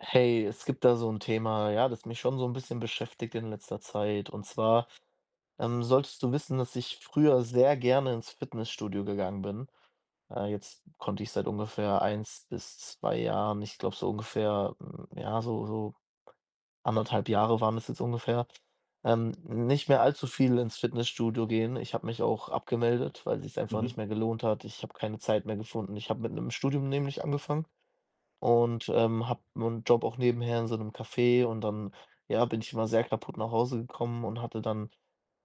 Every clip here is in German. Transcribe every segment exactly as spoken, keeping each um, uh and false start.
Hey, es gibt da so ein Thema, ja, das mich schon so ein bisschen beschäftigt in letzter Zeit. Und zwar, ähm, solltest du wissen, dass ich früher sehr gerne ins Fitnessstudio gegangen bin. Äh, jetzt konnte ich seit ungefähr eins bis zwei Jahren, ich glaube so ungefähr, hm, ja, so so anderthalb Jahre waren es jetzt ungefähr, ähm, nicht mehr allzu viel ins Fitnessstudio gehen. Ich habe mich auch abgemeldet, weil sich's einfach nicht Mhm. mehr gelohnt hat. Ich habe keine Zeit mehr gefunden. Ich habe mit einem Studium nämlich angefangen. Und, ähm, habe 'nen Job auch nebenher in so einem Café, und dann, ja, bin ich immer sehr kaputt nach Hause gekommen und hatte dann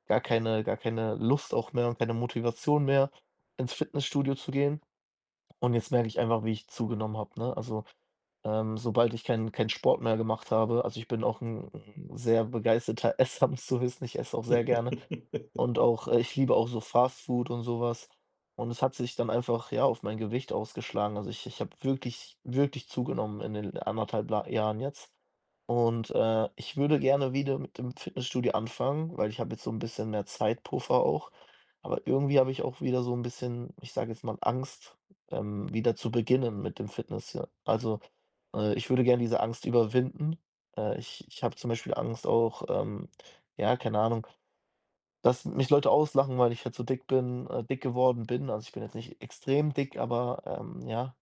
gar keine gar keine Lust auch mehr und keine Motivation mehr, ins Fitnessstudio zu gehen. Und jetzt merke ich einfach, wie ich zugenommen habe, ne? Also, ähm, sobald ich keinen keinen Sport mehr gemacht habe, also, ich bin auch ein 'n sehr begeisterter Esser, musst du wissen. Ich esse auch sehr gerne, und auch äh, ich liebe auch so Fast Food und sowas. Und es hat sich dann einfach, ja, auf mein Gewicht ausgeschlagen. Also, ich ich habe wirklich wirklich zugenommen in den anderthalb La Jahren jetzt. Und, äh, ich würde gerne wieder mit dem Fitnessstudio anfangen, weil ich habe jetzt so ein bisschen mehr Zeitpuffer auch. Aber irgendwie habe ich auch wieder so ein bisschen, ich sage jetzt mal, Angst, ähm, wieder zu beginnen mit dem Fitness, ja. Also, äh, ich würde gerne diese Angst überwinden. Äh, ich ich habe zum Beispiel Angst auch, ähm, ja, keine Ahnung, dass mich Leute auslachen, weil ich halt so dick bin, äh, dick geworden bin. Also, ich bin jetzt nicht extrem dick, aber, ähm, ja,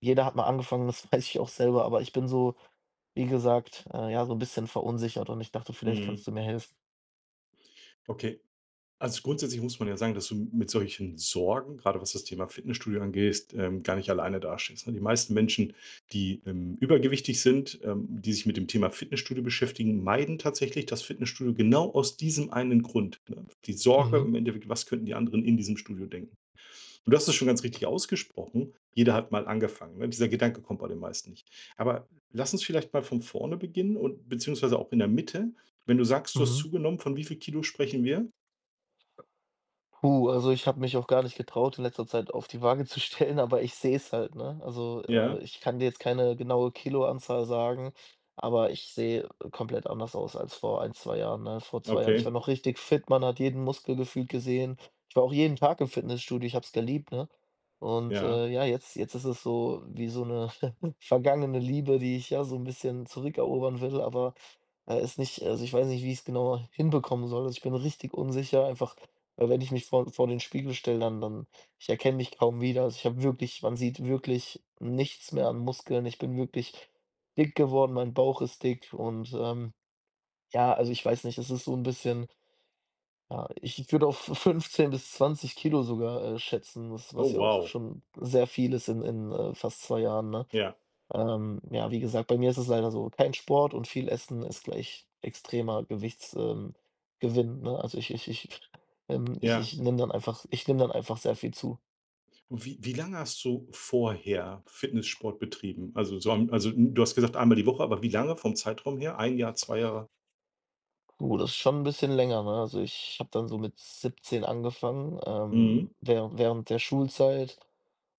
jeder hat mal angefangen, das weiß ich auch selber, aber ich bin so, wie gesagt, äh, ja, so ein bisschen verunsichert und ich dachte, vielleicht Mhm. kannst du mir helfen. Okay. Also, grundsätzlich muss man ja sagen, dass du mit solchen Sorgen, gerade was das Thema Fitnessstudio angeht, ähm, gar nicht alleine dastehst, ne? Die meisten Menschen, die, ähm, übergewichtig sind, ähm, die sich mit dem Thema Fitnessstudio beschäftigen, meiden tatsächlich das Fitnessstudio genau aus diesem einen Grund, ne? Die Sorge Mhm, im Endeffekt: „Was könnten die anderen in diesem Studio denken?“ Und du hast es schon ganz richtig ausgesprochen. Jeder hat mal angefangen, ne? Dieser Gedanke kommt bei den meisten nicht. Aber lass uns vielleicht mal von vorne beginnen und beziehungsweise auch in der Mitte. Wenn du sagst, du hast mhm. zugenommen, von wie viel Kilo sprechen wir? Puh, also ich habe mich auch gar nicht getraut, in letzter Zeit auf die Waage zu stellen, aber ich sehe es halt, ne? Also, Ja, äh, ich kann dir jetzt keine genaue Kiloanzahl sagen, aber ich sehe äh, komplett anders aus als vor ein, zwei Jahren, ne? Vor zwei Jahren, ich okay, war noch richtig fit, man hat jeden Muskel gefühlt gesehen. Ich war auch jeden Tag im Fitnessstudio, ich habe es geliebt, ne? Und, ja. äh, ja, jetzt jetzt ist es so wie so eine vergangene Liebe, die ich, ja, so ein bisschen zurückerobern will, aber, äh, es nicht, also, ich weiß nicht, wie ich es genau hinbekommen soll. Also, ich bin richtig unsicher, einfach weil wenn ich mich vor vor den Spiegel stelle, dann dann ich erkenne mich kaum wieder. Also, ich habe wirklich, man sieht wirklich nichts mehr an Muskeln. Ich bin wirklich dick geworden, mein Bauch ist dick und, ähm, ja, also, ich weiß nicht, es ist so ein bisschen, ja, ich ich würde auf fünfzehn bis zwanzig Kilo sogar, äh, schätzen, was Oh, was ja auch wow. schon sehr viel ist in in, äh, fast zwei Jahren, ne? Ja, Ähm, ja, wie gesagt, bei mir ist es leider so, kein Sport und viel Essen ist gleich extremer Gewichtsgewinn. ähm, Gewinn, ne? Also, ich ich ich ähm, ich ja. ich nehme dann einfach ich nehme dann einfach sehr viel zu. Und wie, wie lange hast du vorher Fitnesssport betrieben? Also, so, am- also du hast gesagt einmal die Woche, aber wie lange vom Zeitraum her? Ein Jahr, zwei Jahre? Uh, das ist schon ein bisschen länger, ne? Also, ich habe dann so mit siebzehn angefangen, ähm, Mhm. während während der Schulzeit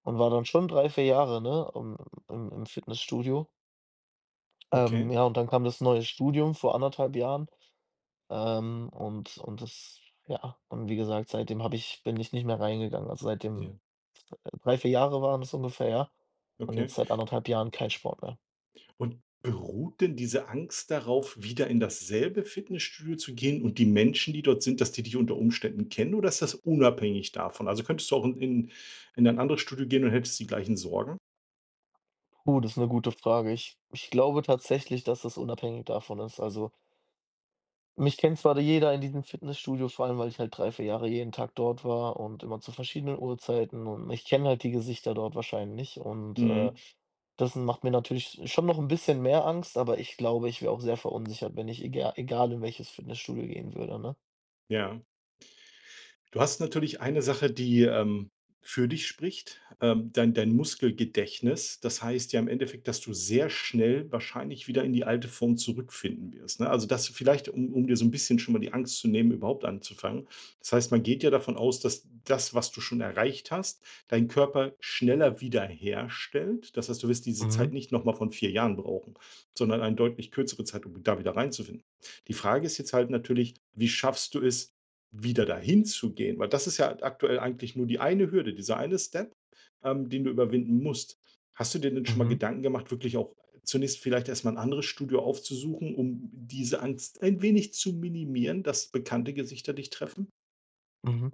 und war dann schon drei vier Jahre, ne, im im im Fitnessstudio. Ähm, Okay. Ja, und dann kam das neue Studium vor anderthalb Jahren. Ähm, und und das Ja, und wie gesagt, seitdem habe ich bin ich nicht mehr reingegangen. Also, Ja. seitdem, äh, drei, vier Jahre waren es ungefähr, ja. Und Okay. jetzt seit anderthalb Jahren kein Sport mehr. Und beruht denn diese Angst darauf, wieder in dasselbe Fitnessstudio zu gehen und die Menschen, die dort sind, dass die dich unter Umständen kennen, oder ist das unabhängig davon? Also könntest du auch in in in ein anderes Studio gehen und hättest die gleichen Sorgen? Puh, das ist eine gute Frage. Ich ich glaube tatsächlich, dass das unabhängig davon ist. Also, mich kennt zwar jeder in diesem Fitnessstudio, vor allem, weil ich halt drei vier Jahre jeden Tag dort war und immer zu verschiedenen Uhrzeiten, und ich kenne halt die Gesichter dort wahrscheinlich und, äh, Mhm. das macht mir natürlich schon noch ein bisschen mehr Angst, aber ich glaube, ich wäre auch sehr verunsichert, wenn ich egal egal in welches Fitnessstudio gehen würde, ne? Ja. Du hast natürlich eine Sache, die, ähm, für dich spricht, ähm, dein dein Muskelgedächtnis. Das heißt ja im Endeffekt, dass du sehr schnell wahrscheinlich wieder in die alte Form zurückfinden wirst, ne? Also, das vielleicht, um um dir so ein bisschen schon mal die Angst zu nehmen, überhaupt anzufangen. Das heißt, man geht ja davon aus, dass das, was du schon erreicht hast, dein Körper schneller wiederherstellt. Das heißt, du wirst diese Zeit Mhm, nicht noch mal von vier Jahren brauchen, sondern eine deutlich kürzere Zeit, um da wieder reinzufinden. Die Frage ist jetzt halt natürlich: Wie schaffst du es wieder dahin zu gehen, weil das ist ja aktuell eigentlich nur die eine Hürde, dieser eine Step, ähm, den du überwinden musst. Hast du dir denn schon mal mhm. Gedanken gemacht, wirklich auch zunächst vielleicht erst mal 'n anderes Studio aufzusuchen, um diese Angst ein wenig zu minimieren, dass bekannte Gesichter dich treffen? Mhm.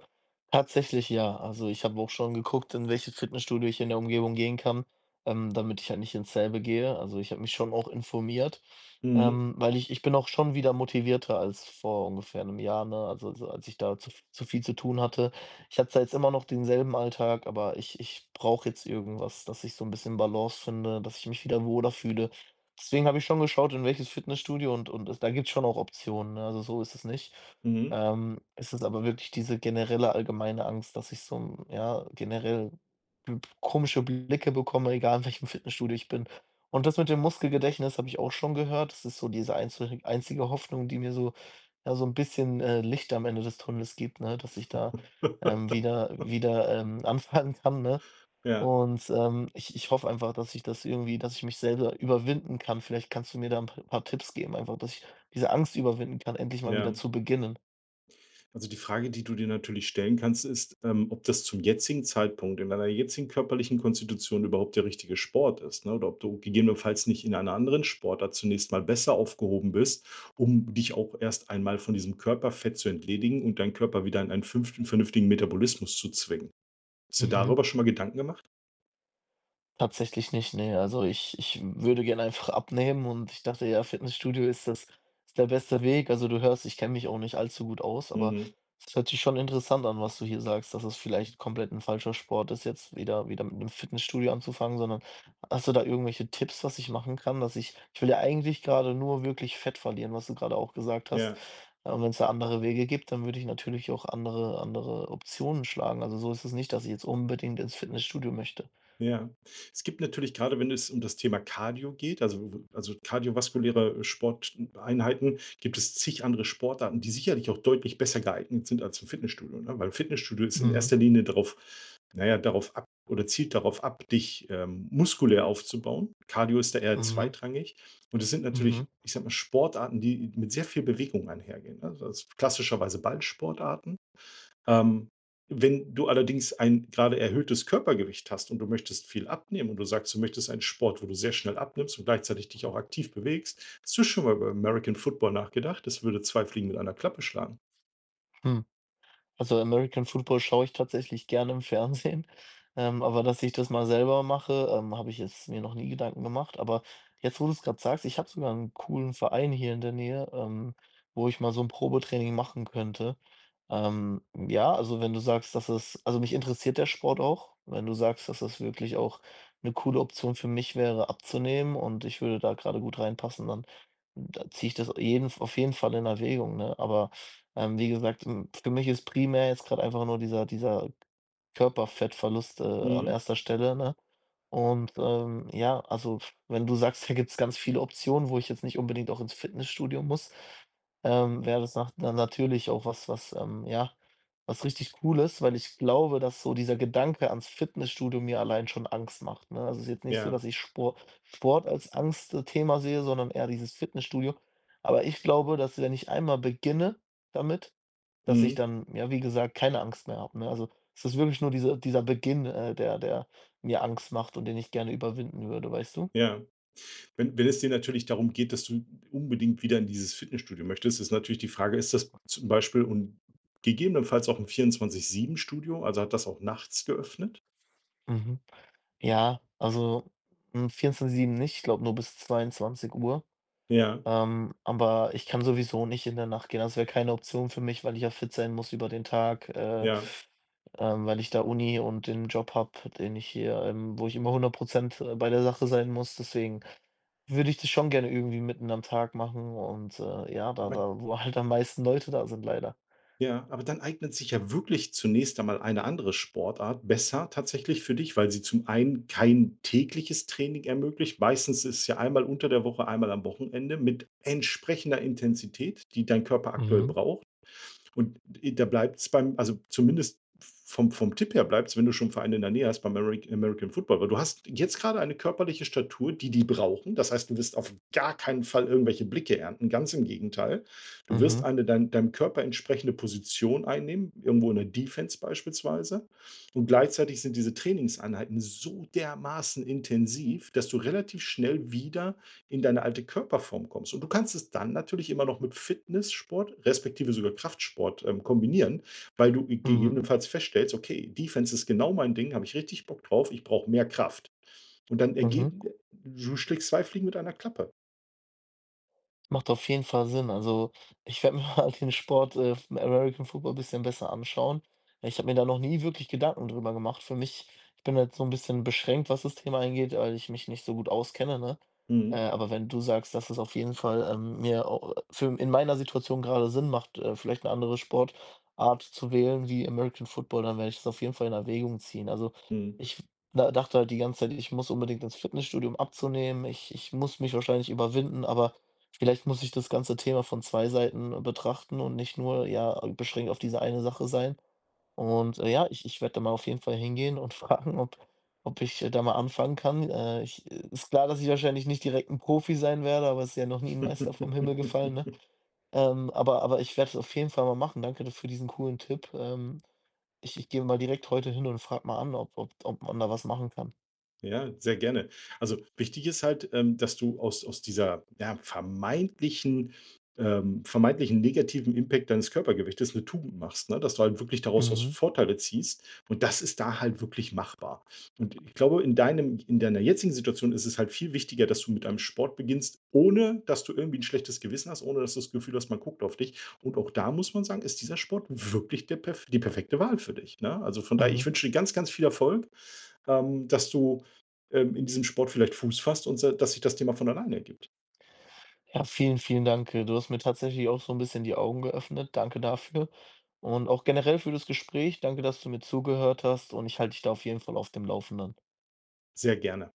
Tatsächlich ja. Also, ich habe auch schon geguckt, in welches Fitnessstudio ich in der Umgebung gehen kann, ähm, damit ich halt nicht ins selbe gehe. Also, ich habe mich schon auch informiert, Mhm, ähm, weil ich ich bin auch schon wieder motivierter als vor ungefähr einem Jahr, ne? Also, so als ich da zu v zu viel zu tun hatte. Ich hatte zwar jetzt immer noch denselben Alltag, aber ich ich brauche jetzt irgendwas, dass ich so ein bisschen Balance finde, dass ich mich wieder wohler fühle. Deswegen habe ich schon geschaut, in welches Fitnessstudio, und und es da gibt's schon auch Optionen, ne? Also, so ist es nicht. mhm. Ähm, es ist aber wirklich diese generelle allgemeine Angst, dass ich so 'n ja, generell b komische Blicke bekomme, egal in welchem Fitnessstudio ich bin. Und das mit dem Muskelgedächtnis habe ich auch schon gehört. Das ist so diese einzige einzige Hoffnung, die mir so, ja, so ein bisschen, äh, Licht am Ende des Tunnels gibt, ne, dass ich da, ähm, wieder wieder, ähm, anfangen kann, ne? Ja, Und, ähm, ich ich hoffe einfach, dass ich das irgendwie dass ich mich selber überwinden kann. Vielleicht kannst du mir da ein p paar Tipps geben, einfach, dass ich diese Angst überwinden kann, endlich mal wieder ja. zu beginnen. Also die Frage, die du dir natürlich stellen kannst, ist, ähm, ob das zum jetzigen Zeitpunkt in deiner jetzigen körperlichen Konstitution überhaupt der richtige Sport ist, ne? Oder ob du gegebenenfalls nicht in einer anderen Sportart zunächst mal besser aufgehoben bist, um dich auch erst einmal von diesem Körperfett zu entledigen und deinen Körper wieder in einen fünften vernünftigen Metabolismus zu zwingen. Hast du Mhm. darüber schon mal Gedanken gemacht? Tatsächlich nicht, ne. Also, ich ich würde gerne einfach abnehmen und ich dachte, ja, Fitnessstudio ist das ist der beste Weg. Also, du hörst, ich kenne mich auch nicht allzu gut aus, aber Mhm. es hört sich schon interessant an, was du hier sagst, dass es vielleicht komplett ein falscher Sport ist, jetzt wieder wieder mit 'nem Fitnessstudio anzufangen, sondern hast du da irgendwelche Tipps, was ich machen kann, dass ich ich will ja eigentlich gerade nur wirklich Fett verlieren, was du gerade auch gesagt hast. Ja. Äh, und wenn es da andere Wege gibt, dann würde ich natürlich auch andere andere Optionen schlagen. Also, so ist es nicht, dass ich jetzt unbedingt ins Fitnessstudio möchte. Ja. Es gibt natürlich gerade, wenn es um das Thema Cardio geht, also also kardiovaskuläre äh, Sporteinheiten, gibt es zig andere Sportarten, die sicherlich auch deutlich besser geeignet sind als im Fitnessstudio, ne? Weil Fitnessstudio ist in Mhm. erster Linie darauf, naja, darauf ab, oder zielt darauf ab, dich, ähm, muskulär aufzubauen. Cardio ist da eher Mhm. zweitrangig. Und es sind Mhm. natürlich, ich sag mal, Sportarten, die mit sehr viel Bewegung einhergehen, ne? Also, klassischerweise Ballsportarten. Ähm, wenn du allerdings ein gerade erhöhtes Körpergewicht hast und du möchtest viel abnehmen und du sagst, du möchtest einen Sport, wo du sehr schnell abnimmst und gleichzeitig dich auch aktiv bewegst, hast du schon mal über American Football nachgedacht? Das würde zwei Fliegen mit einer Klappe schlagen. Mhm. Also, American Football schaue ich tatsächlich gerne im Fernsehen, ähm, aber dass ich das mal selber mache, ähm, habe ich jetzt mir noch nie Gedanken gemacht. Aber jetzt, wo du es gerade sagst, ich habe sogar einen coolen Verein hier in der Nähe, ähm, wo ich mal so ein Probetraining machen könnte. Ähm, ja, also, wenn du sagst, dass es also, mich interessiert der Sport auch. Wenn du sagst, dass das wirklich auch eine coole Option für mich wäre, abzunehmen und ich würde da gerade gut reinpassen, dann da ziehe ich das jeden auf jeden Fall in Erwägung, ne? Aber ähm, wie gesagt, hm, für mich ist primär jetzt gerade einfach nur dieser dieser Körperfettverlust, äh, an Mhm. erster Stelle, ne? Und, ähm, ja, also, wenn du sagst, da gibt's ganz viele Optionen, wo ich jetzt nicht unbedingt auch ins Fitnessstudio muss, ähm, wäre das nach na natürlich auch was, was, ähm, ja, was richtig cool ist, weil ich glaube, dass so dieser Gedanke ans Fitnessstudio mir allein schon Angst macht, ne? Also, es ist jetzt nicht so, Ja. dass ich Spor Sport als Angstthema sehe, sondern eher dieses Fitnessstudio. Aber ich glaube, dass wenn ich einmal beginne damit, dass ich Mhm. dann, ja, wie gesagt, keine Angst mehr habe, ne? Also, es ist wirklich nur diese dieser Beginn, äh, der, der mir Angst macht und den ich gerne überwinden würde, weißt du? Ja. Wenn, wenn es dir natürlich darum geht, dass du unbedingt wieder in dieses Fitnessstudio möchtest, ist natürlich die Frage, ist das zum Beispiel und gegebenenfalls auch ein vierundzwanzig sieben Studio, also hat das auch nachts geöffnet? Mhm. Ja, also, hm, vierundzwanzig sieben nicht, ich glaube nur bis zweiundzwanzig Uhr. Ja, Ähm, aber ich kann sowieso nicht in der Nacht gehen. Das wäre keine Option für mich, weil ich ja fit sein muss über den Tag, äh, ja. ähm, weil ich da Uni und den Job habe, den ich hier, ähm wo ich immer hundert bei der Sache sein muss. Deswegen würde ich das schon gerne irgendwie mitten am Tag machen und, äh, ja, da Aber da wo halt am meisten Leute da sind, leider. Ja, aber dann eignet sich ja wirklich zunächst einmal eine andere Sportart besser tatsächlich für dich, weil sie zum einen kein tägliches Training ermöglicht. Meistens ist es ja einmal unter der Woche, einmal am Wochenende mit entsprechender Intensität, die dein Körper aktuell Mhm. braucht. Und da bleibt es beim, also zumindest vom vom Tipp her bleibt es, wenn du schon Vereine in der Nähe hast, beim Ameri American Football, weil du hast jetzt gerade eine körperliche Statur, die die brauchen. Das heißt, du wirst auf gar keinen Fall irgendwelche Blicke ernten, ganz im Gegenteil. Du wirst Mhm, eine dein deinem Körper entsprechende Position einnehmen, irgendwo in der Defense beispielsweise. Und gleichzeitig sind diese Trainingseinheiten so dermaßen intensiv, dass du relativ schnell wieder in deine alte Körperform kommst. Und du kannst es dann natürlich immer noch mit Fitnesssport, respektive sogar Kraftsport, ähm, kombinieren, weil du mhm, gegebenenfalls feststellst, okay, Defense ist genau mein Ding, habe ich richtig Bock drauf, ich brauche mehr Kraft. Und dann mhm. ergeben du schlägst zwei Fliegen mit einer Klappe. Macht auf jeden Fall Sinn. Also, ich werde mir mal den Sport, äh, vom American Football ein bisschen besser anschauen. Ich habe mir da noch nie wirklich Gedanken drüber gemacht. Für mich Ich bin halt so ein bisschen beschränkt, was das Thema angeht, weil ich mich nicht so gut auskenne, ne? Äh, Mhm, Aber wenn du sagst, dass es auf jeden Fall, ähm, mir au für in meiner Situation gerade Sinn macht, äh, vielleicht eine andere Sportart zu wählen wie American Football, dann werde ich das auf jeden Fall in Erwägung ziehen. Also, mhm. ich da dachte halt die ganze Zeit, ich muss unbedingt ins Fitnessstudio, um abzunehmen. Ich ich muss mich wahrscheinlich überwinden, aber vielleicht muss ich das ganze Thema von zwei Seiten betrachten und nicht nur, ja, beschränkt auf diese eine Sache sein. Und, äh, ja, ich ich werde da mal auf jeden Fall hingehen und fragen, ob ob ich, äh, da mal anfangen kann. Äh, ich Ist klar, dass ich wahrscheinlich nicht direkt ein Profi sein werde, aber es ist ja noch nie ein Meister vom Himmel gefallen, ne? Ähm, aber aber ich werde es auf jeden Fall mal machen. Danke für diesen coolen Tipp. Ähm, ich ich gehe mal direkt heute hin und frage mal an, ob ob ob man da was machen kann. Ja, sehr gerne. Also wichtig ist halt, ähm, dass du aus, aus dieser ja, vermeintlichen, ähm, vermeintlichen negativen Impact deines Körpergewichtes eine Tugend machst, ne? Dass du halt wirklich daraus aus Mhm, Vorteile ziehst. Und das ist da halt wirklich machbar. Und ich glaube, in deinem, in deiner jetzigen Situation ist es halt viel wichtiger, dass du mit einem Sport beginnst, ohne dass du irgendwie ein schlechtes Gewissen hast, ohne dass du das Gefühl hast, man guckt auf dich. Und auch da muss man sagen, ist dieser Sport wirklich der, perf- die perfekte Wahl für dich. Ne? Also von daher, mhm. ich wünsche dir ganz, ganz viel Erfolg, ähm, dass du ähm, in diesem Sport vielleicht Fuß fasst und se- dass sich das Thema von alleine ergibt. Ja, vielen, vielen Dank. Äh, Du hast mir tatsächlich auch so ein bisschen die Augen geöffnet. Danke dafür und auch generell für das Gespräch. Danke, dass du mir zugehört hast, und ich halte dich da auf jeden Fall auf dem Laufenden. Sehr gerne.